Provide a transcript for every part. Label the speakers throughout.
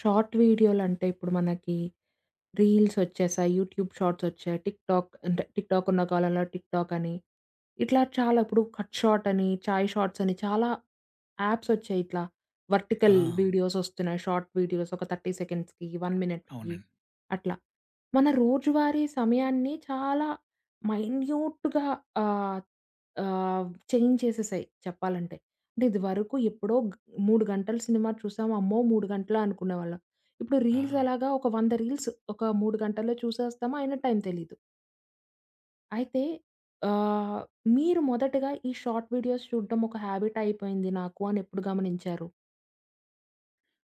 Speaker 1: Short వీడియోలంటే ఇప్పుడు మనకి reels వచ్చేసాయి. యూట్యూబ్ షార్ట్స్ వచ్చాయి. టిక్‌టాక్ అంటే టిక్‌టాక్ ఉన్న కాలంలో టిక్‌టాక్ అని, ఇట్లా చాలా ఇప్పుడు కట్ షాట్ అని, చాయ్ షార్ట్స్ అని చాలా యాప్స్ వచ్చాయి. ఇట్లా
Speaker 2: ఆ!
Speaker 1: వర్టికల్ వీడియోస్ వస్తున్నాయి. షార్ట్ వీడియోస్ ఒక 30 సెకండ్స్‌కి, 1 మినిట్‌కి
Speaker 2: అవునండి.
Speaker 1: అట్లా. మన రోజువారీ సమయాన్ని చాలా మైన్యూట్‌గా ఆహ్, ఆహ్, చేంజ్ చేసేసాయి చెప్పాలంటే. అంటే ఇదివరకు ఎప్పుడో 3 గంటల సినిమా చూసాం. అమ్మో! 3 గంటలా అనుకునేవాళ్ళం. ఇప్పుడు రీల్స్
Speaker 2: ఆ!
Speaker 1: ఎలాగా ఒక 100 రీల్స్ ఒక 3 గంటల్లో చూసేస్తాము. అయినా టైం తెలీదు. అయితే ఆహ్, మీరు మొదటగా ఈ షార్ట్ వీడియోస్ చూడడం ఒక హాబిట్ అయిపోయింది నాకు అని ఎప్పుడు గమనించారు?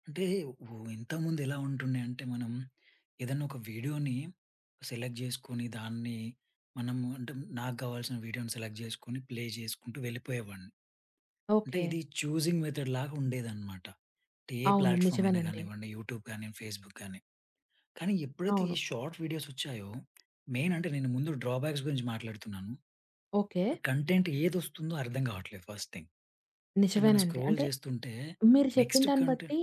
Speaker 2: అంటే ఓ ఇంతకుముందు ఎలా ఉంటుండే అంటే మనం ఏదన్నా ఒక వీడియోని సెలెక్ట్ చేసుకొని దాన్ని మనము అంటే నాకు కావాల్సిన వీడియోని సెలెక్ట్ చేసుకొని ప్లే చేసుకుంటూ వెళ్ళిపోయేవాడిని. అంటే
Speaker 1: ఓకే.
Speaker 2: ఇది చూసింగ్ మెథడ్ లాగా ఉండేదన్నమాట. అంటే ఏ
Speaker 1: అవును.
Speaker 2: ప్లాట్‌ఫార్మ్ అయినా
Speaker 1: నిజమేనండి.
Speaker 2: గానివ్వండి, యూట్యూబ్ గాని, ఫేస్‌బుక్ గాని. కానీ ఎప్పుడైతే
Speaker 1: అవును.
Speaker 2: ఈ షార్ట్ వీడియోస్ వచ్చాయో మెయిన్ అంటే నేను ముందు డ్రాబ్యాక్స్ గురించి మాట్లాడుతున్నాను.
Speaker 1: ఓకే.
Speaker 2: కంటెంట్ ఏదొస్తుందో అర్థం కావట్లేదు ఫస్ట్ థింగ్. అంటే మనం
Speaker 1: నిజమేనండి.
Speaker 2: స్క్రోల్
Speaker 1: అంటే
Speaker 2: చేస్తుంటే
Speaker 1: మీరు చెప్పిన
Speaker 2: నెక్స్ట్
Speaker 1: దాన్ని బట్టి
Speaker 2: కంటెంట్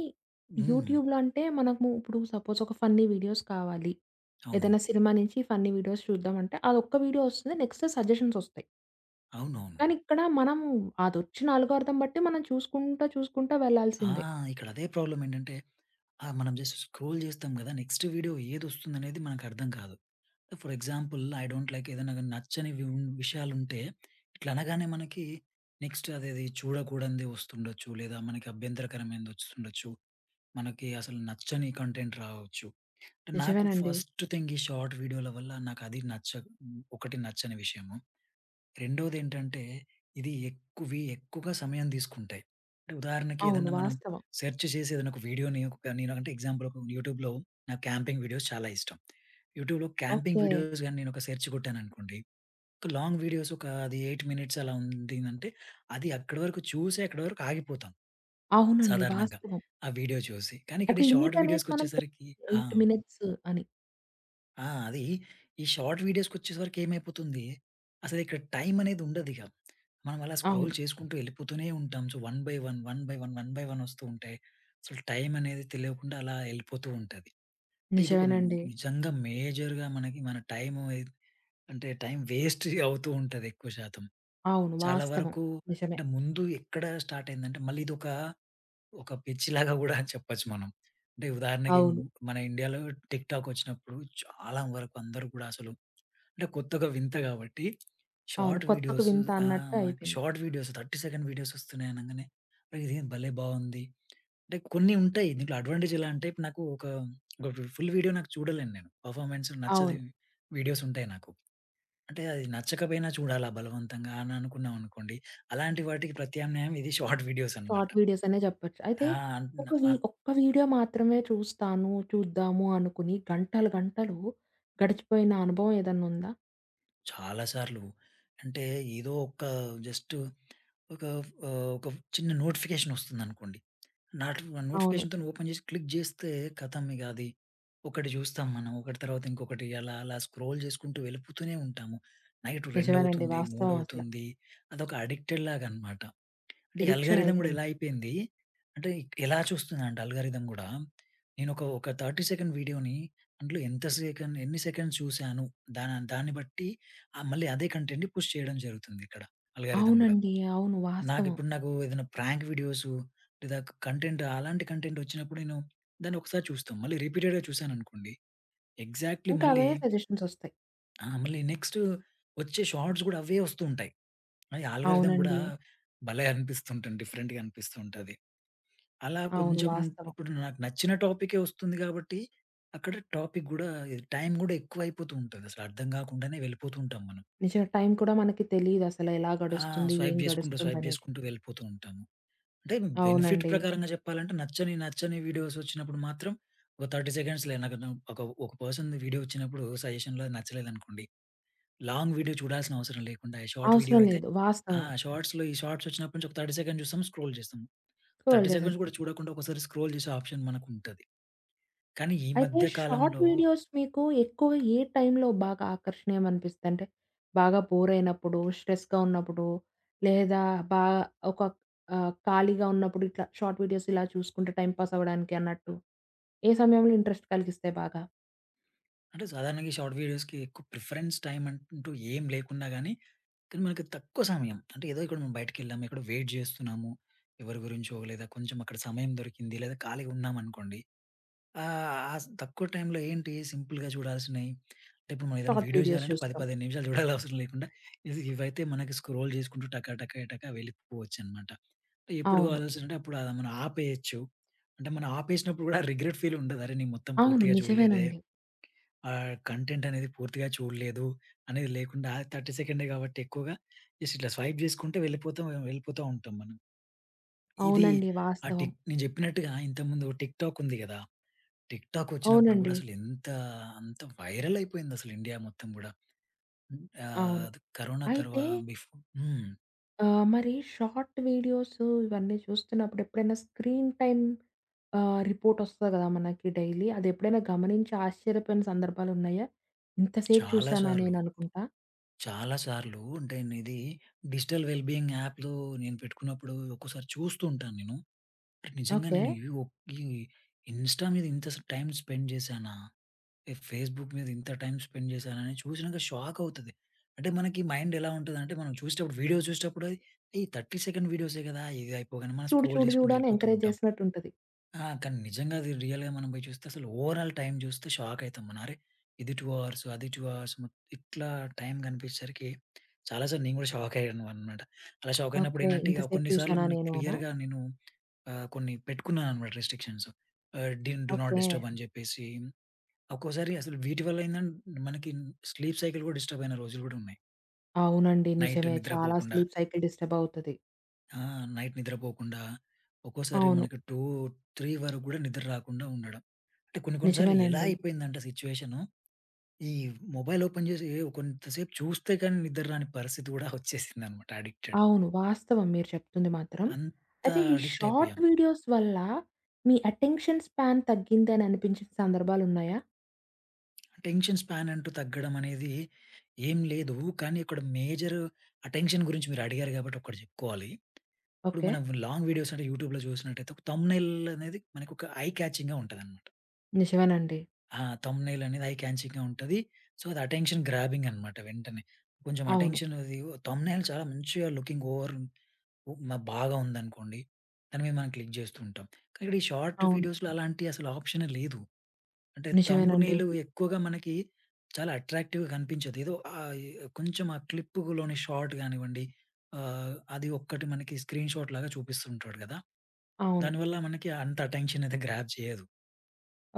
Speaker 2: హ్మ్.
Speaker 1: యూట్యూబ్‌లో అంటే మనము ఇప్పుడు సపోజ్ ఒక ఫన్నీ వీడియోస్ కావాలి.
Speaker 2: అవును.
Speaker 1: ఏదైనా సినిమా నుంచి ఫన్నీ వీడియోస్ చూద్దామంటే అదొక్క వీడియో వస్తుంది. నెక్స్ట్ సజెషన్స్ వస్తాయి.
Speaker 2: అవునవును.
Speaker 1: కానీ ఇక్కడ మనము అదొచ్చిన ఆల్‌గారిథం బట్టి మనం చూసుకుంటా, చూసుకుంటా
Speaker 2: ఆ!
Speaker 1: వెళ్ళాల్సిందే.
Speaker 2: ఇక్కడ అదే ప్రాబ్లమ్ ఏంటంటే, మనం జస్ట్ స్క్రోల్ చేస్తాం గదా! నెక్స్ట్ వీడియో ఏదొస్తుందనేది మనకర్థం కాదు. For example I don't like ఏదైనా గాని నచ్చని విషయాలుంటే, ఇట్లా అనగానే మనకి నెక్స్ట్ అదేది చూడకూడనిది వస్తుండొచ్చు. లేదా మనకి అభ్యంతరకరమైనది వస్తుండొచ్చు. మనకి అసలు నచ్చని కంటెంట్ రావచ్చు. అంటే నాకు
Speaker 1: నిజమేనండి.
Speaker 2: ఫస్ట్ థింగ్ ఈ షార్ట్ వీడియోల వల్ల నాకది నచ్చ ఒకటి నచ్చని విషయము. రెండోదేంటంటే, ఇది ఎక్కువగా సమయం తీసుకుంటాయి. అంటే ఉదాహరణకి
Speaker 1: అవును.
Speaker 2: ఏదన్నా మనం
Speaker 1: వాస్తవం.
Speaker 2: సెర్చ్ చేసి ఏదైనా ఒక వీడియోని ఒక నేనంటే ఎగ్జాంపుల్ ఒక యూట్యూబ్‌లో నాకు క్యాంపింగ్ వీడియోస్ చాలా ఇష్టం. యూట్యూబ్‌లో క్యాంపింగ్
Speaker 1: ఓకే.
Speaker 2: వీడియోస్ గాని నేనొక సెర్చ్ కొట్టాననుకోండి, ఒక లాంగ్ వీడియోస్ ఒక అది 8 మినిట్స్ అలా ఉండిందంటే, అది అక్కడి వరకు చూసి అక్కడి వరకు ఆగిపోతాం
Speaker 1: అవునండి.
Speaker 2: సాధారణంగా
Speaker 1: వాస్తవం.
Speaker 2: ఆ వీడియో చూసి. కానీ ఇక్కడ
Speaker 1: ఒక
Speaker 2: ఈ షార్ట్
Speaker 1: లిమిట్ అనేది మనకు
Speaker 2: వీడియోస్‌కొచ్చేసరికి ఆ!
Speaker 1: 8 మినిట్స్ అని.
Speaker 2: ఆ! అది ఈ షార్ట్ వీడియోస్‌కొచ్చేసరికి ఏమైపోతుంది, అసలిక్కడ టైం అనేది ఉండదిగ. మనం అలా స్క్రోల్
Speaker 1: అవును.
Speaker 2: చేసుకుంటూ వెళ్ళిపోతూనే ఉంటాం. So, one by one, one by one, one by one వస్తూ ఉంటాయి. అసలు టైం అనేది తెలియకుండా అలా వెళ్ళిపోతూ ఉంటది. అంటే ఇదొక
Speaker 1: నిజమేనండి.
Speaker 2: నిజంగా మేజర్‌గా మనకి మన టైము ఎ అంటే టైం వేస్ట్ అవుతూ ఉంటది ఎక్కువ శాతం.
Speaker 1: అవును.
Speaker 2: చాలా
Speaker 1: వాస్తవం.
Speaker 2: వరకు
Speaker 1: నిజమే.
Speaker 2: అంటే ముందు ఎక్కడ స్టార్ట్ అయిందంటే మళ్ళీ ఒక పిచ్చిలాగా గూడా అని చెప్పొచ్చు మనం. అంటే ఉదాహరణకి
Speaker 1: అవును.
Speaker 2: మన ఇండియాలో టిక్‌టాక్ వచ్చినప్పుడు చాలా వరకు అందరూ కూడా అసలు అంటే కొత్తగా వింత కాబట్టి
Speaker 1: అవును.
Speaker 2: షార్ట్
Speaker 1: కొత్తకు
Speaker 2: వీడియోస్
Speaker 1: వింత అన్నట్టు అయిపోయింది.
Speaker 2: షార్ట్ వీడియోస్ 30 సెకండ్ వీడియోస్ వస్తున్నాయి అనంగానే అరే! ఇదేం భలే బావుంది. అంటే కొన్ని ఉంటాయి. దీంట్లో అడ్వాంటేజ్ ఎలా అంటే ఇప్పుడు నాకు ఒక ఫుల్ వీడియో నాకు చూడలేను నేను. పర్‌ఫార్మెన్స్ నచ్చని
Speaker 1: అవును.
Speaker 2: వీడియోస్ ఉంటాయి నాకు. అంటే అది నచ్చకపోయినా చూడాలా బలవంతంగా అని అనుకున్నాం అనుకోండి. అలాంటి వాటికి ప్రత్యామ్నాయం ఇది షార్ట్ వీడియోస్ అనమాట.
Speaker 1: షార్ట్ వీడియోస్ అనే చెప్పొచ్చు. అయితే ఒక వీ
Speaker 2: ఆ!
Speaker 1: ఒక్క వీడియో మాత్రమే చూస్తాను, చూద్దాము అనుకుని గంటలు గంటలు గడిచిపోయిన అనుభవం ఏదన్నా ఉందా?
Speaker 2: చాలా సార్లు. అంటే ఏదో ఒక జస్ట్ ఒక ఒక చిన్న నోటిఫికేషన్ వస్తుందనుకోండి. నాట్
Speaker 1: అవును.
Speaker 2: నోటిఫికేషన్‌తోని ఓపెన్ చేసి క్లిక్ చేస్తే ఖతం ఇగ అది. ఒకటి చూస్తాం మనం. ఒకటి తర్వాత ఇంకొకటి అలా అలా స్క్రోల్ చేసుకుంటూ వెళ్ళిపోతూనే ఉంటాము. నైట్ 2
Speaker 1: నిజమేనండి.
Speaker 2: అవుతుంది, 3
Speaker 1: వాస్తవం అసల.
Speaker 2: అవుతుంది. అదొక అడిక్టెడ్ లాగా అన్నమాట. అంటే ఈ
Speaker 1: ఎడిక్షన్
Speaker 2: అల్గారిథం గూడా ఎలా
Speaker 1: అయిపోయింది.
Speaker 2: అయిపోయింది, ఎలా చూస్తుందంటే అల్గారిథం గూడా, నేనొక 30 సెకండ్ వీడియోని అందులో ఎంత సెకన్ ఎన్ని సెకండ్స్ చూశాను, దాన్ని బట్టి మళ్ళీ అదే కంటెంట్‌ని పుష్ చేయడం జరుగుతుంది ఇక్కడ అల్గారిథం గూడా.
Speaker 1: అవునండి. అవును. వాస్తవం.
Speaker 2: నాకు ఏదైనా ప్రాంక్ వీడియోసు లేదా అలాంటి కంటెంట్ వచ్చినప్పుడు నేను దాన్ని ఒకసారి చూస్తాం. మళ్ళీ రిపీటెడ్‌గా చూశాననుకోండి, ఎగ్జాక్ట్‌లీ
Speaker 1: ఇంకా
Speaker 2: మళ్ళీ
Speaker 1: అవే సజెషన్స్ ఒస్తాయి.
Speaker 2: ఆ! మళ్ళీ నెక్స్ట్ వచ్చే షార్ట్స్ గూడా అవే వస్తూ ఉంటాయి. అది అల్గారిథం గూడా
Speaker 1: అవునండి.
Speaker 2: భలే అనిపిస్తుంటుంది. డిఫరెంట్‌గా అనిపిస్తూ ఉంటది. అలా
Speaker 1: అవును.
Speaker 2: కొంచెం
Speaker 1: వాస్తవం.
Speaker 2: ఇప్పుడు నాకు నచ్చిన టాపికే వస్తుంది కాబట్టి, అక్కడ టాపిక్ గూడా టైం గూడా ఎక్కువైపోతూ ఉంటది. అసలు అర్థం కాకుండానే వెళ్ళిపోతూ ఉంటాం మనం.
Speaker 1: నిజం. టైం కూడా మనకి తెలీదసలు ఎలా
Speaker 2: ఆ!
Speaker 1: గడుస్తుంది?
Speaker 2: స్వైప్
Speaker 1: ఏం
Speaker 2: జేసుకుంటూ, స్వైప్
Speaker 1: గడుస్తుందనేది.
Speaker 2: జేసుకుంటూ వెళ్ళిపోతూ ఉంటాము. అంటే బెనిఫిట్
Speaker 1: అవునండి.
Speaker 2: ప్రకారంగా చెప్పాలంటే నచ్చని వీడియోస్ వచ్చినప్పుడు మాత్రం ఒక 30 సెకండ్స్‌లే నాకు న ఒక ఒక పర్సన్ వీడియో వచ్చినప్పుడు సజెషన్‌లో నచ్చలేదనుకోండి. లాంగ్ వీడియో చూడాల్సిన అవసరం లేకుండా షార్ట్ వీడియో
Speaker 1: అవసరం
Speaker 2: అయితే
Speaker 1: లేదు.
Speaker 2: ఆ!
Speaker 1: వాస్తవమే.
Speaker 2: షార్ట్స్ వచ్చినప్పటి నుంచి ఒక 30 సెకండ్ చూస్తాం, స్క్రోల్ చేస్తాం.
Speaker 1: స్క్రోల్
Speaker 2: 30 సెకండ్స్
Speaker 1: చేసేస్తాం.
Speaker 2: గూడా చూడకుండా ఒకసారి స్క్రోల్ చేసే ఆప్షన్ మనకుంటది. కానీ ఈ
Speaker 1: అయితే
Speaker 2: మధ్య
Speaker 1: షార్ట్
Speaker 2: కాలంలో
Speaker 1: వీడియోస్ మీకు ఎక్కువ ఏ టైంలో బాగా ఆకర్షణీయం అనిపిస్తాయి? అంటే బాగా బోర్ అయినప్పుడు, స్ట్రెస్‌గా ఉన్నప్పుడు లేదా బా ఒక ఖాళీగా ఉన్నప్పుడు ఇట్లా షార్ట్ వీడియోస్ ఇలా చూసుకుంటే టైం పాస్ అవ్వడానికి అన్నట్టు. ఏ సమయంలో ఇంట్రెస్ట్ కలిగిస్తాయి బాగా?
Speaker 2: అంటే సాధారణంగా ఈ షార్ట్ వీడియోస్‌కి ఎక్కువ ప్రిఫరెన్స్ టైమ్ అంటూ ఏం లేకున్నా గానీ, కానీ మనకి తక్కువ సమయం అంటే ఏదో ఇక్కడ మనం బయటికెళ్ళాము, ఎక్కడో వెయిట్ జేస్తున్నాము. ఎవరి గురించో లేదా కొంచెం అక్కడ సమయం దొరికింది లేదా ఖాళీగా ఉన్నామనుకోండి. ఆహ్, ఆ స్ తక్కువ టైంలో ఏంటి సింపుల్‌గా చూడాల్సినయి అంటే ఇప్పుడు మనం ఏదైనా
Speaker 1: షార్ట్
Speaker 2: వీడియో
Speaker 1: వీడియోస్
Speaker 2: జేయాలంటే 10,
Speaker 1: చూస్తాం.
Speaker 2: 15 నిమిషాలు చూడాల్సిన అవసరం లేకుండా ఇవైతే మనకి స్క్రోల్ జేసుకుంటూ టక టక టక వెళ్ళిపోవచ్చనమాట. ఎప్పుడు
Speaker 1: అవును.
Speaker 2: కావాల్సంటే అప్పుడు అది మనం ఆపేయొచ్చు. అంటే మనం ఆపేసినప్పుడు గూడా రిగ్రెట్ ఫీల్ ఉండదు. అరె! నేను మొత్తం
Speaker 1: అవును.
Speaker 2: పూర్తిగా చూడలేదే.
Speaker 1: నిజమేనండి.
Speaker 2: కంటెంట్ అనేది పూర్తిగా చూడలేదు అనేది లేకుండా 30 సెకండే కాబట్టి ఎక్కువగా జస్ట్ ఇట్లా స్వైప్ చేసుకుంటే వెళ్ళిపోతా ఉంటాం మనం. ఇది
Speaker 1: అవునండి.
Speaker 2: ఆ
Speaker 1: వాస్తవం.
Speaker 2: టిక్ నేను చెప్పినట్టుగా ఇంతకుముందు టిక్‌టాక్ ఉంది గదా! టిక్‌టాక్ వచ్చినప్పుడు గూడా
Speaker 1: అవునండి.
Speaker 2: అసలు ఎంత అంత వైరల్ అయిపోయింది అసలు ఇండియా మొత్తం గూడా.
Speaker 1: అవును.
Speaker 2: ఆహ్, కరోనా
Speaker 1: అయితే
Speaker 2: తర్వా బిఫ్ హ్మ్.
Speaker 1: మరి షార్ట్ వీడియోసు ఇవన్నీ చూస్తున్నప్పుడు ఎప్పుడైనా స్క్రీన్ టైమ్ రిపోర్టొస్తది గదా! మనకి డైలీ. అదెప్పుడైనా గమనించి ఆశ్చర్యపోయిన సందర్భాలున్నాయా? ఇంతసేపు
Speaker 2: చాలా
Speaker 1: చూసానా
Speaker 2: సార్లు.
Speaker 1: నేననుకుంటా.
Speaker 2: చాలా సార్లు అంటే నేను డిజిటల్ వెల్ బీయింగ్ యాప్‌లో నేను పెట్టుకున్నప్పుడు ఒక్కోసారి చూస్తూ ఉంటాను నేను. అంటే నిజంగా
Speaker 1: ఓకే.
Speaker 2: నేను ఈ ఒ ఈ ఇన్‌స్టా మీద ఇంత స్ టైమ్ స్పెండ్ చేశానా? ఈ ఫేస్‌బుక్ మీద ఇంత టైమ్ స్పెండ్ చేశానా? అని చూసినాక షాక్ అవుతది. అంటే మనకి మైండ్ ఎలా ఉంటదంటే మనం వీడియో చూసేటప్పుడు అది ఈ 30 సెకండ్ వీడియోసే కదా! ఇది అయిపోగానే మనం
Speaker 1: చూడు,
Speaker 2: స్క్రోల్
Speaker 1: చూడు,
Speaker 2: చేసుకుంటూ
Speaker 1: చూడు అని
Speaker 2: వెళ్ళిపోతూ
Speaker 1: ఎంకరేజ్
Speaker 2: ఉంటాం.
Speaker 1: జేసినట్టుంటది.
Speaker 2: ఆ! కానీ నిజంగా అది రియల్‌గా మనం పోయి చూస్తే అసలు ఓవరాల్ టైమ్ చూస్తే షాక్ అయితాం మనం. అరే! ఇది 2 అవర్స్, అది 2 అవర్స్ మొ ఇట్లా టైమ్ కనిపించేసరికి చాలా సార్లు నేను కూడా షాక్ అయ్యాను అనమాట. అలా షాక్ అయినప్పుడు
Speaker 1: ఓకే.
Speaker 2: ఏంటంటే ఇక
Speaker 1: ఇంతసేపు
Speaker 2: కొన్ని సార్లు
Speaker 1: చూసానా
Speaker 2: మనకి
Speaker 1: నేను అనా?
Speaker 2: క్లియర్‌గా నేను కొన్ని పెట్టుకున్నాను అనమాట రిస్ట్రిక్షన్స్. ఆహ్, డి డు నాట్
Speaker 1: ఓకే.
Speaker 2: డిస్టర్బ్ అని చెప్పేసి ఒక్కోసారి అసలు వీటి వల్ల ఏందంటే మనకి స్లీప్ సైకిల్ కూడా డిస్టర్బ్ అయిన రోజులు కూడా ఉన్నాయి.
Speaker 1: అవునండి.
Speaker 2: నైట్
Speaker 1: నిజమే. చాలా
Speaker 2: నిద్రపోకుండా
Speaker 1: స్లీప్ సైకిల్ డిస్టర్బ్ అవుతది.
Speaker 2: ఆ! నైట్ నిద్రపోకుండా ఒక్కోసారి
Speaker 1: అవును.
Speaker 2: మనకి 2, 3 వరకు కూడా నిద్ర రాకుండా ఉండడం. అంటే కొన్ని కొన్ని సార్లు ఎలా
Speaker 1: నిజమేనండి.
Speaker 2: అయిపోయిందంటే సిచ్యువేషను, ఈ మొబైల్ ఓపెన్ చేసి ఏ కొంతసేపు చూస్తే కానీ నిద్ర రాని పరిస్థితి కూడా వచ్చేసిందనమాట అడిక్టెడ్.
Speaker 1: అవును. వాస్తవం మీరు చెప్తుంది మాత్రం.
Speaker 2: అంత
Speaker 1: అయితే ఈ
Speaker 2: అడిక్ట్
Speaker 1: షార్ట్
Speaker 2: అయిపోయాం.
Speaker 1: వీడియోస్ వల్ల మీ అటెన్షన్ స్పాన్ తగ్గిందని అనిపించిన సందర్భాలున్నాయా?
Speaker 2: అటెన్షన్ స్పాన్ అంటూ తగ్గడం అనేది ఏం లేదు. కానీ ఇక్కడ మేజర్ అటెన్షన్ గురించి మీరు అడిగారు కాబట్టి ఒకటి చెప్పుకోవాలి. ఇప్పుడు
Speaker 1: ఓకే.
Speaker 2: మనం లాంగ్ వీడియోస్ అంటే యూట్యూబ్‌లో చూసినట్టయితే ఒక థంబ్‌నెయిల్ అనేది మనకు ఒక ఐ క్యాచింగ్‌గా ఉంటదనమాట.
Speaker 1: నిజమేనండి.
Speaker 2: ఆ! థంబ్‌నెయిల్ అనేది ఐ క్యాచింగ్‌గా ఉంటది. సో, అది అటెన్షన్ గ్రాబింగ్ అనమాట వెంటనే. కొంచెం
Speaker 1: అవును.
Speaker 2: అటెన్షన్ అది థంబ్‌నెయిల్ చాలా మంచిగా లుకింగ్ ఓవర్ ఉప్మా బాగా ఉందనుకోండి. దాని మీద మనం క్లిక్ జేస్తూ ఉంటాం. కానీ ఇక్కడ ఈ షార్ట్
Speaker 1: అవును.
Speaker 2: వీడియోస్‌లో అలాంటి అసలు ఆప్షనే లేదు. అంటే
Speaker 1: నిజమేనండి.
Speaker 2: థంబ్‌నెయిల్ ఎక్కువగా మనకి చాలా అట్రాక్టివ్‌గా కనిపించదు. ఏదో ఆహ్, కొంచెం ఆ క్లిప్‌లోని షార్ట్ గానివ్వండి, అది ఒక్కటి మనకి స్క్రీన్‌షాట్ లాగా చూపిస్తుంటాడు గదా!
Speaker 1: అవును.
Speaker 2: దానివల్ల మనకి అంత అటెన్షన్ అయితే గ్రాబ్ చేయదు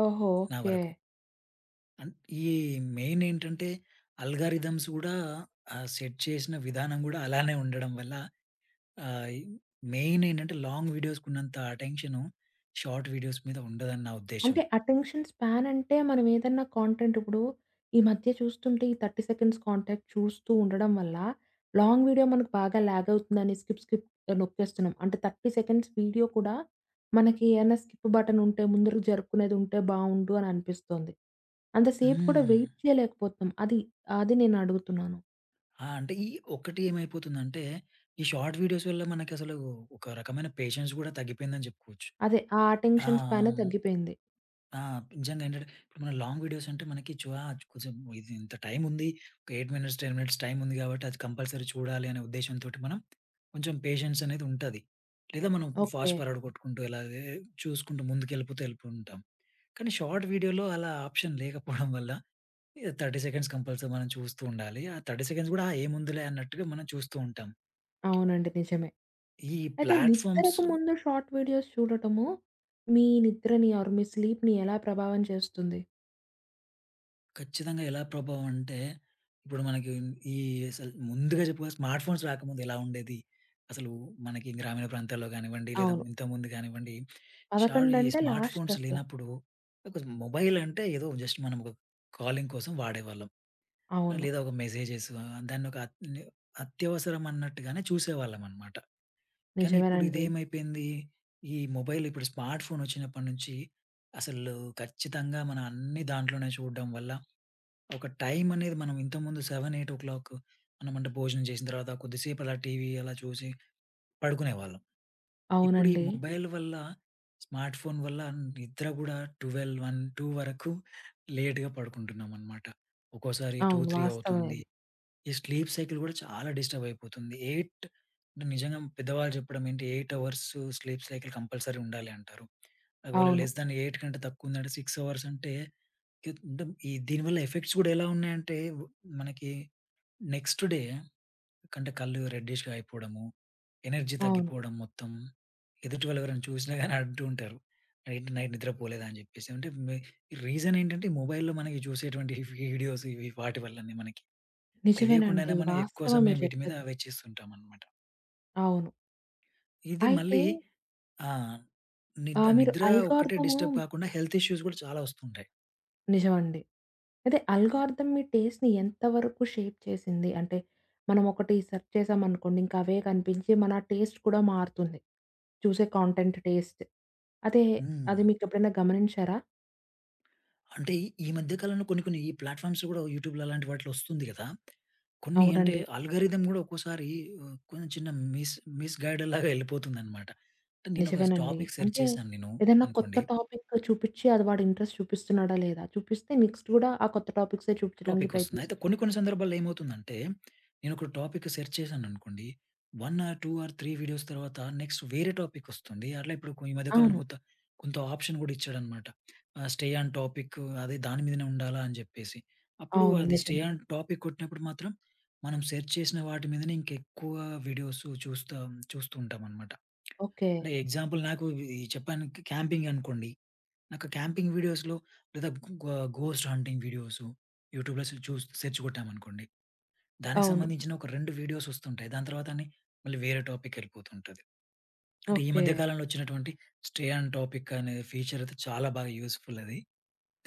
Speaker 1: ఓహో!
Speaker 2: నా
Speaker 1: ఓకే.
Speaker 2: వరకు. అన్ ఈ మెయిన్ ఏంటంటే, అల్గారిథమ్స్ గూడా సెట్ చేసిన విధానం గూడా అలానే ఉండడం వల్ల ఆహ్, ఇ మెయిన్ ఏంటంటే లాంగ్ వీడియోస్‌కున్నంత అటెన్షను షార్ట్ వీడియోస్ మీద ఉండదని నా ఉద్దేశ్యం.
Speaker 1: అంటే అటెన్షన్ స్పాన్ అంటే మనం ఏదన్నా కాంటెంట్ ఇప్పుడు ఈ మధ్య చూస్తుంటే ఈ 30 సెకండ్స్ కాంటెంట్ చూస్తూ ఉండడం వల్ల లాంగ్ వీడియో మనకు బాగా లాగ్ అవుతుందని స్కిప్ స్కిప్ నొక్కేస్తున్నాం. అంటే 30 సెకండ్స్ వీడియో కూడా మనకి ఏమైనా స్కిప్ బటన్ ఉంటే ముందరకు జరుపుకునేది ఉంటే బావుండు అని అనిపిస్తోంది. అంతసేపు కూడా
Speaker 2: హ్మ్.
Speaker 1: వెయిట్ చేయలేకపోతున్నాం. అది అది నేను అడుగుతున్నాను.
Speaker 2: ఆ! అంటే ఈ ఒకటి ఏమైపోతుందంటే ఈ షార్ట్ వీడియోస్ వల్ల మనకసలు ఒక రకమైన పేషెన్స్ గూడా తగ్గిపోయిందని చెప్పుకోవచ్చు.
Speaker 1: అదే ఆ
Speaker 2: ఆ!
Speaker 1: అటెన్షన్ స్పానే
Speaker 2: హ్మ్.
Speaker 1: తగ్గిపోయింది.
Speaker 2: ఆ! నిజంగా ఏంటంటే ఇప్పుడు మన లాంగ్ వీడియోస్ అంటే మనకి చు ఆ! కొంచెం ఇది ఇంత టైమ్ ఉంది. ఒక 8 మినిట్స్, 10 మినిట్స్ టైమ్ ఉంది కాబట్టి అది కంపల్సరీ చూడాలి అనే ఉద్దేశ్యంతోటి మనం కొంచెం పేషెన్స్ అనేది ఉంటది. లేదా మనం
Speaker 1: ఓకే.
Speaker 2: ఫాస్ట్ ఫార్వర్డ్ కొట్టుకుంటూ చూసుకుంటూ వెళ్ళిపోతుంటాం. కానీ షార్ట్ వీడియోలో అలా ఆప్షన్ లేకపోవడం వల్ల ఇగ 30 సెకండ్స్ కంపల్సరీ మనం చూస్తూ ఉండాలి. ఆ 30 సెకండ్స్ గూడా ఆ ఏముందిలే అన్నట్టుగా మనం చూస్తూ ఉంటాం.
Speaker 1: అవునండి. నిజమే.
Speaker 2: ఈ
Speaker 1: అయితే
Speaker 2: ప్లాట్‌ఫార్మ్స్
Speaker 1: నిద్రకు ముందు షార్ట్ వీడియోస్ చూడటము, మీ నిద్రని ఆర్ మీ స్లీప్‌ని ఎలా ప్రభావం చేస్తుంది?
Speaker 2: ఖచ్చితంగా ఎలా ప్రభావం అంటే, ఇప్పుడు మనకి ఈ అసలు ముందుగా చెప్పుకోవాలి స్మార్ట్ ఫోన్స్ రాకముందు ఎలా ఉండేది? అసలు మనకి గ్రామీణ ప్రాంతాల్లో గానివ్వండి, లేదా
Speaker 1: అవును.
Speaker 2: ఇంతకుముందు గానివ్వండి, షార్ట్
Speaker 1: 11
Speaker 2: ఈ
Speaker 1: అంటే
Speaker 2: స్మార్ట్
Speaker 1: లాస్ట్
Speaker 2: ఫోన్స్
Speaker 1: అసల.
Speaker 2: లేనప్పుడు ఒక మొబైల్ అంటే ఏదో జస్ట్ మనం ఒక కాలింగ్ కోసం వాడేవాళ్ళం.
Speaker 1: అవును.
Speaker 2: లేదా ఒక మెసేజెస్ దాన్నొక అత్ ని అత్యవసరం అన్నట్టుగానే చూసేవాళ్ళమనమాట. కానీ ఇప్పుడు
Speaker 1: నిజమేనండి.
Speaker 2: ఇదేమైపోయింది, ఈ మొబైల్ ఇప్పుడు స్మార్ట్ ఫోన్ వచ్చినప్పటి నుంచి అసలు ఖచ్చితంగా మనం అన్ని దాంట్లోనే చూడడం వల్ల ఒక టైం అనేది మనం ఇంతకుముందు 7, 8 మనం అంటే భోజనం చేసిన తర్వాత కొద్దిసేపు అలా టీవీ అలా చూసి పడుకునేవాళ్ళం. ఇప్పుడు ఈ
Speaker 1: అవునండి.
Speaker 2: మొబైల్ వల్ల, స్మార్ట్ ఫోన్ వల్ల నిద్ర గూడా 12, 1, 2 వరకు లేట్‌గా పడుకుంటున్నామనమాట. ఒక్కోసారి 2,
Speaker 1: అవును.
Speaker 2: 3
Speaker 1: వాస్తవం
Speaker 2: అవుతుంది.
Speaker 1: ఇది.
Speaker 2: ఈ స్లీప్ సైకిల్ గూడా చాలా డిస్టర్బ్ అయిపోతుంది. 8 నిజంగా పెద్దవాళ్ళు చెప్పడం ఏంటి 8 అవర్స్ స్లీప్ సైకిల్ కంపల్సరీ ఉండాలి అంటారు. ఒకవేళ
Speaker 1: అవును.
Speaker 2: లెస్ థాన్ 8 కంటే తక్కువ ఉందంటే 6 అవర్స్ అంటే కింద దీనివల్ల ఎఫెక్ట్స్ గూడా ఎలా ఉన్నాయంటే మనకి నెక్స్ట్ డే కంటే కళ్ళు రెడ్డిష్‌గా అయిపోవడము, ఎనర్జీ
Speaker 1: అవును.
Speaker 2: తగ్గిపోవడం మొత్తం. ఎదుటి వాళ్ళు ఎవరైనా చూసినా గాని అంటూ ఉంటారు. "నైట్ నైట్ నిద్రపోలేదా?" అని జెప్పేసి. అంటే మే రీజన్ ఏంటంటే మొబైల్‌లో మనకి చూసేటువంటి ఈ వీడియోస్ ఇవి వాటి వల్లనే మనకి. తెలియకుండానే
Speaker 1: నిజమేనండి.
Speaker 2: మనం ఎక్కువ
Speaker 1: వాస్తవం
Speaker 2: సమయం
Speaker 1: మీరు
Speaker 2: వీటి మీద
Speaker 1: చెప్పేది.
Speaker 2: వెచ్చిస్తుంటామనమాట.
Speaker 1: అవును.
Speaker 2: ఇది
Speaker 1: అయితే
Speaker 2: మళ్ళీ ఆహ్, నిద్
Speaker 1: మీరు
Speaker 2: నిద్ర ఒక్కటే
Speaker 1: అల్గోరిథము
Speaker 2: డిస్టర్బ్ కాకుండా హెల్త్ ఇష్యూస్ గూడా చాలా వస్తుంటాయి.
Speaker 1: నిజమండి. అయితే అల్గోరిథం మీ టేస్ట్‌ని ఎంత వరకు షేప్ చేసింది? అంటే మనం ఒకటి సెర్చ్ చేసామనుకోండి ఇంకా అవే కనిపించి మన టేస్ట్ కూడా మారుతుంది. చూసే కాంటెంట్ టేస్ట్. అదే
Speaker 2: హ్మ్.
Speaker 1: అది మీకెప్పుడైనా గమనించారా?
Speaker 2: అంటే ఈ ఈ మధ్య కాలంలో కొన్ని కొన్ని ఈ ప్లాట్‌ఫార్మ్స్ గూడా యూట్యూబ్‌లో అలాంటి వాటిలో వస్తుంది గదా! కొన్ని అంటే
Speaker 1: అవునండి.
Speaker 2: ఆల్‌గారిథం గూడా ఒక్కోసారి కొంచెం చిన్న మిస్ మిస్‌గైడెడ్‌లాగా ఎళ్ళిపోతుందనమాట. అంటే నేనొక స్
Speaker 1: నిజమేనండి.
Speaker 2: టాపిక్ సెర్చ్
Speaker 1: అంటే
Speaker 2: చేశాను నేను
Speaker 1: ఏదైనా కొత్త
Speaker 2: అనుకోండి
Speaker 1: టాపిక్ చూపిచ్చి అది వాడు ఇంట్రెస్ట్ చూపిస్తున్నాడా లేదా? చూపిస్తే నెక్స్ట్ గూడా ఆ కొత్త టాపిక్సే చూపిచ్చడానికి
Speaker 2: టాపికొస్తుంది. అయితే
Speaker 1: ప్రయత్నిస్తుంది.
Speaker 2: కొన్ని కొన్ని సందర్భాల్లో ఏమవుతుందంటే, నేనొక టాపిక్ సెర్చ్ చేశాననుకోండి. 1 ఆర్ 2 ఆర్ 3 వీడియోస్ తర్వాత నెక్స్ట్ వేరే టాపికొస్తుంది. ఈ మధ్య కాలంలో
Speaker 1: అవును.
Speaker 2: కొంత కొంత ఆప్షన్ గూడా ఇచ్చాడనమాట. స్టే ఆన్ టాపిక్ అదే దాని మీదనే ఉండాలా అని జెప్పేసి. అప్పుడు
Speaker 1: అవును.
Speaker 2: అది స్టే
Speaker 1: నిజమే.
Speaker 2: ఆన్ టాపిక్ కొట్టినప్పుడు మాత్రం మనం సెర్చ్ చేసిన వాటి మీదనే ఇంకెక్కువ వీడియోస్ చూస్తూ ఉంటామనమాట.
Speaker 1: ఓకే.
Speaker 2: అంటే ఎగ్జాంపుల్ నాకు ఈ చెప్పాను క్యాంపింగ్ అనుకోండి. నాకు క్యాంపింగ్ వీడియోస్‌లో లేదా గో ఘోస్ట్ హంటింగ్ వీడియోసు యూట్యూబ్‌లో సె చూస్ సెర్చ్ కొట్టామనుకోండి. దానికి
Speaker 1: అవును.
Speaker 2: సంబంధించిన ఒక 2 వీడియోస్ వస్తుంటాయి. దాని తర్వాతనే మళ్ళీ వేరే టాపికెళ్ళిపోతుంటది. అంటే ఈ
Speaker 1: ఓకే.
Speaker 2: మధ్య కాలంలో వచ్చినటువంటి స్టే ఆన్ టాపిక్ అనే ఫీచర్ అయితే చాలా బాగా యూజ్‌ఫుల్ అది.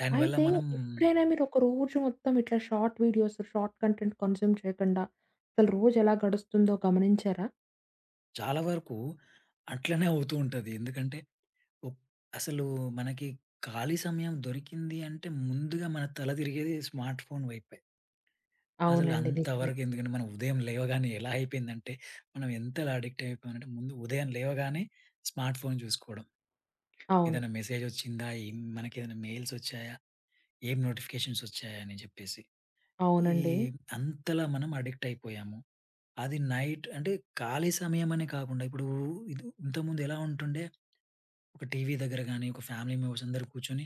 Speaker 2: దానివల్ల
Speaker 1: అయితే
Speaker 2: మనం
Speaker 1: ఎప్పుడైనా మీరు ఒక రోజు మొత్తం ఇట్లా short videos, short content consume చేయకుండా అసలు రోజు ఎలా గడుస్తుందో గమనించారా?
Speaker 2: చాలా వరకు అట్లనే అవుతూ ఉంటది. ఎందుకంటే ఒక్ అసలు మనకి ఖాళీ సమయం దొరికింది అంటే ముందుగా మన తల తిరిగేది స్మార్ట్ ఫోన్ వైపే. అసలు
Speaker 1: అవునండి. నిజమే.
Speaker 2: అంతవరకు ఎందుకంటే మనం ఉదయం లేవగానే ఎలా అయిపోయిందంటే, మనం ఎంతలా అడిక్ట్ అయిపోయామంటే ముందు ఉదయం లేవగానే స్మార్ట్ ఫోన్ చూసుకోవడం.
Speaker 1: అవును.
Speaker 2: ఏదైనా మెసేజ్ వచ్చిందా? ఏం మనకేదైనా మెయిల్స్ వచ్చాయా? ఏం నోటిఫికేషన్స్ వచ్చాయా? అని చెప్పేసి. ఈ
Speaker 1: అవునండి.
Speaker 2: అంతలా మనం అడిక్ట్ అయిపోయాము. అది నైట్ అంటే ఖాళీ సమయం అనే కాకుండా ఇప్పుడు ఇది ఇంతకుముందు ఎలా ఉంటుండే ఒక టీవీ దగ్గర గాని, ఒక ఫ్యామిలీ మెంబర్స్ అందరూ కూర్చొని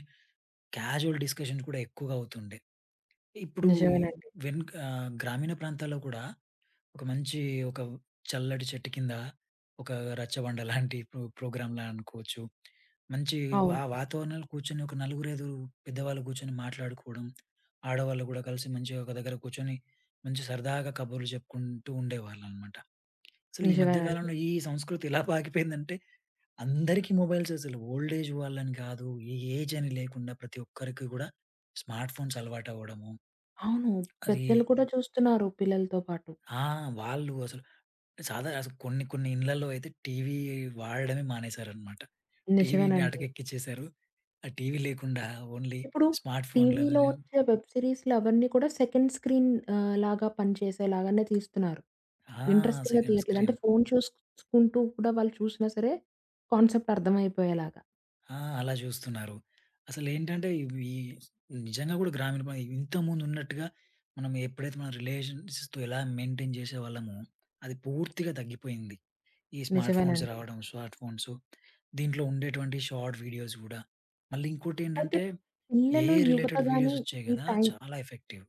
Speaker 2: క్యాజువల్ డిస్కషన్స్ కూడా ఎక్కువగా అవుతుండే. ఇప్పుడు
Speaker 1: నిజమేనండి.
Speaker 2: వెనుక గ్రామీణ ప్రాంతాల్లో కూడా ఒక మంచి ఒక చల్లటి చెట్టు కింద ఒక రచ్చబండ లాంటి ప్రోగ్రామ్‌లా అనుకోవచ్చు. మంచి
Speaker 1: అవును.
Speaker 2: ఆ వాతావరణంలో కూర్చొని ఒక నలుగురైదుగురు పెద్దవాళ్ళు కూర్చొని మాట్లాడుకోవడం. ఆడవాళ్ళు గూడా కలిసి మంచిగా ఒక దగ్గర కూర్చొని మంచి సరదాగా కబుర్లు చెప్పుకుంటూ ఉండేవాళ్ళనమాట. అసలు ఈ మధ్య
Speaker 1: నిజమేనండి.
Speaker 2: కాలంలో ఈ సంస్కృతి ఎలా పాకిపోయిందంటే అందరికీ మొబైల్స్ అసలు ఓల్డ్ ఏజ్ వాళ్ళని కాదు, ఏ ఏజ్ అని లేకుండా ప్రతి ఒక్కరికి గూడా స్మార్ట్ ఫోన్స్ అలవాటవ్వడము.
Speaker 1: అవును.
Speaker 2: అది
Speaker 1: పెద్దలు కూడా చూస్తున్నారు పిల్లలతో పాటు.
Speaker 2: ఆ! వాళ్ళు అసలు సాధారణ అసలు కొన్ని కొన్ని ఇళ్ళల్లో అయితే టీవీ వాడడమే మానేశారనమాట. టీవీని
Speaker 1: నిజమేనండి.
Speaker 2: అటకెక్కించేశారు. ఆ టీవీ లేకుండా ఓన్లీ
Speaker 1: ఇప్పుడు
Speaker 2: స్మార్ట్
Speaker 1: టీవీలో
Speaker 2: ఫోన్‌లోనే
Speaker 1: వచ్చే వెబ్ సీరీస్‌లు అవన్నీ కూడా సెకండ్ స్క్రీన్ లాగా పనిచేసేలాగానే తీస్తున్నారు.
Speaker 2: ఆ!
Speaker 1: ఇంట్రెస్టింగ్‌గా
Speaker 2: సెకండ్
Speaker 1: తీయట్లేదు. అంటే
Speaker 2: స్క్రీన్.
Speaker 1: ఫోను చూసుకుంటూ కూడా వాళ్ళు చూసినా సరే కాన్సెప్ట్ అర్థమైపోయేలాగా.
Speaker 2: ఆ! అలా చూస్తున్నారు. అసలేంటంటే ఇవి నిజంగా కూడా గ్రామీణ ప్రాం ఇంతకుముందున్నట్టుగా మనం ఎప్పుడైతే మన రిలేషన్స్‌తో ఎలా మెయింటైన్ చేసేవాళ్ళమో అది పూర్తిగా తగ్గిపోయింది. ఈ స్మార్ట్ ఫోన్స్
Speaker 1: నిజమేనండి.
Speaker 2: రావడం, స్మార్ట్ ఫోన్స్ దీంట్లో ఉండేటువంటి షార్ట్ వీడియోస్ గూడా. మళ్ళీ
Speaker 1: అయితే
Speaker 2: ఇంకోటేంటంటే
Speaker 1: పిల్లలు,
Speaker 2: ఏఐ
Speaker 1: యువత
Speaker 2: రిలేటెడ్
Speaker 1: గాని
Speaker 2: వీడియోస్ వచ్చాయి
Speaker 1: ఈ
Speaker 2: గదా!
Speaker 1: టైం
Speaker 2: చాలా ఎఫెక్టివ్.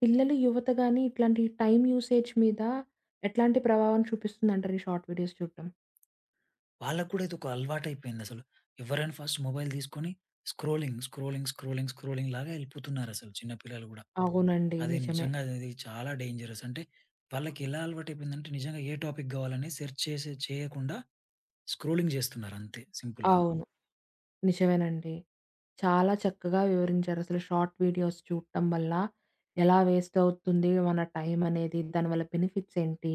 Speaker 1: పిల్లలు, యువత గాని ఇట్లాంటి టైమ్ యూసేజ్ మీద ఎట్లాంటి ప్రభావం చూపిస్తుందంటారు ఈ షార్ట్ వీడియోస్ చూడటం?
Speaker 2: వాళ్ళకి కూడా ఇదొక అలవాటైపోయిందసలు. ఎవరైనా ఫస్ట్ మొబైల్ తీసుకొని స్క్రోలింగ్, స్క్రోలింగ్, స్క్రోలింగ్, స్క్రోలింగ్ లాగా ఎళ్ళిపోతున్నారసలు చిన్న పిల్లలు గూడా.
Speaker 1: అవునండి. నిజమే.
Speaker 2: నిజంగా అది చాలా డేంజరస్. అంటే వాళ్ళకి ఎలా అలవాటైపోయిందంటే నిజంగా ఏ టాపిక్ గావాలని సెర్చ్ చేసి చేయకుండా స్క్రోలింగ్ జేస్తున్నారంతే సింపుల్‌గా.
Speaker 1: అవును. నిజమేనండి. చాలా చక్కగా వివరించారు. అసలు షార్ట్ వీడియోస్ చూడటం వల్ల ఎలా వేస్ట్ అవుతుంది మన టైం అనేది, దానివల్ల బెనిఫిట్స్ ఏంటి,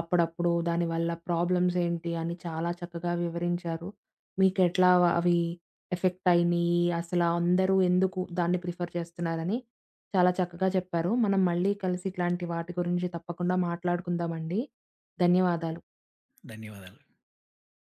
Speaker 1: అప్పుడప్పుడు దానివల్ల ప్రాబ్లమ్స్ ఏంటి అని చాలా చక్కగా వివరించారు. మీకెట్లా అవి ఎఫెక్ట్ అయినియి, అసలు అందరూ ఎందుకు దాన్ని ప్రిఫర్ చేస్తున్నారని చాలా చక్కగా చెప్పారు. మనం మళ్ళీ కలిసి ఇట్లాంటి వాటి గురించి తప్పకుండా మాట్లాడుకుందామండి. ధన్యవాదాలు.
Speaker 2: ధన్యవాదాలు.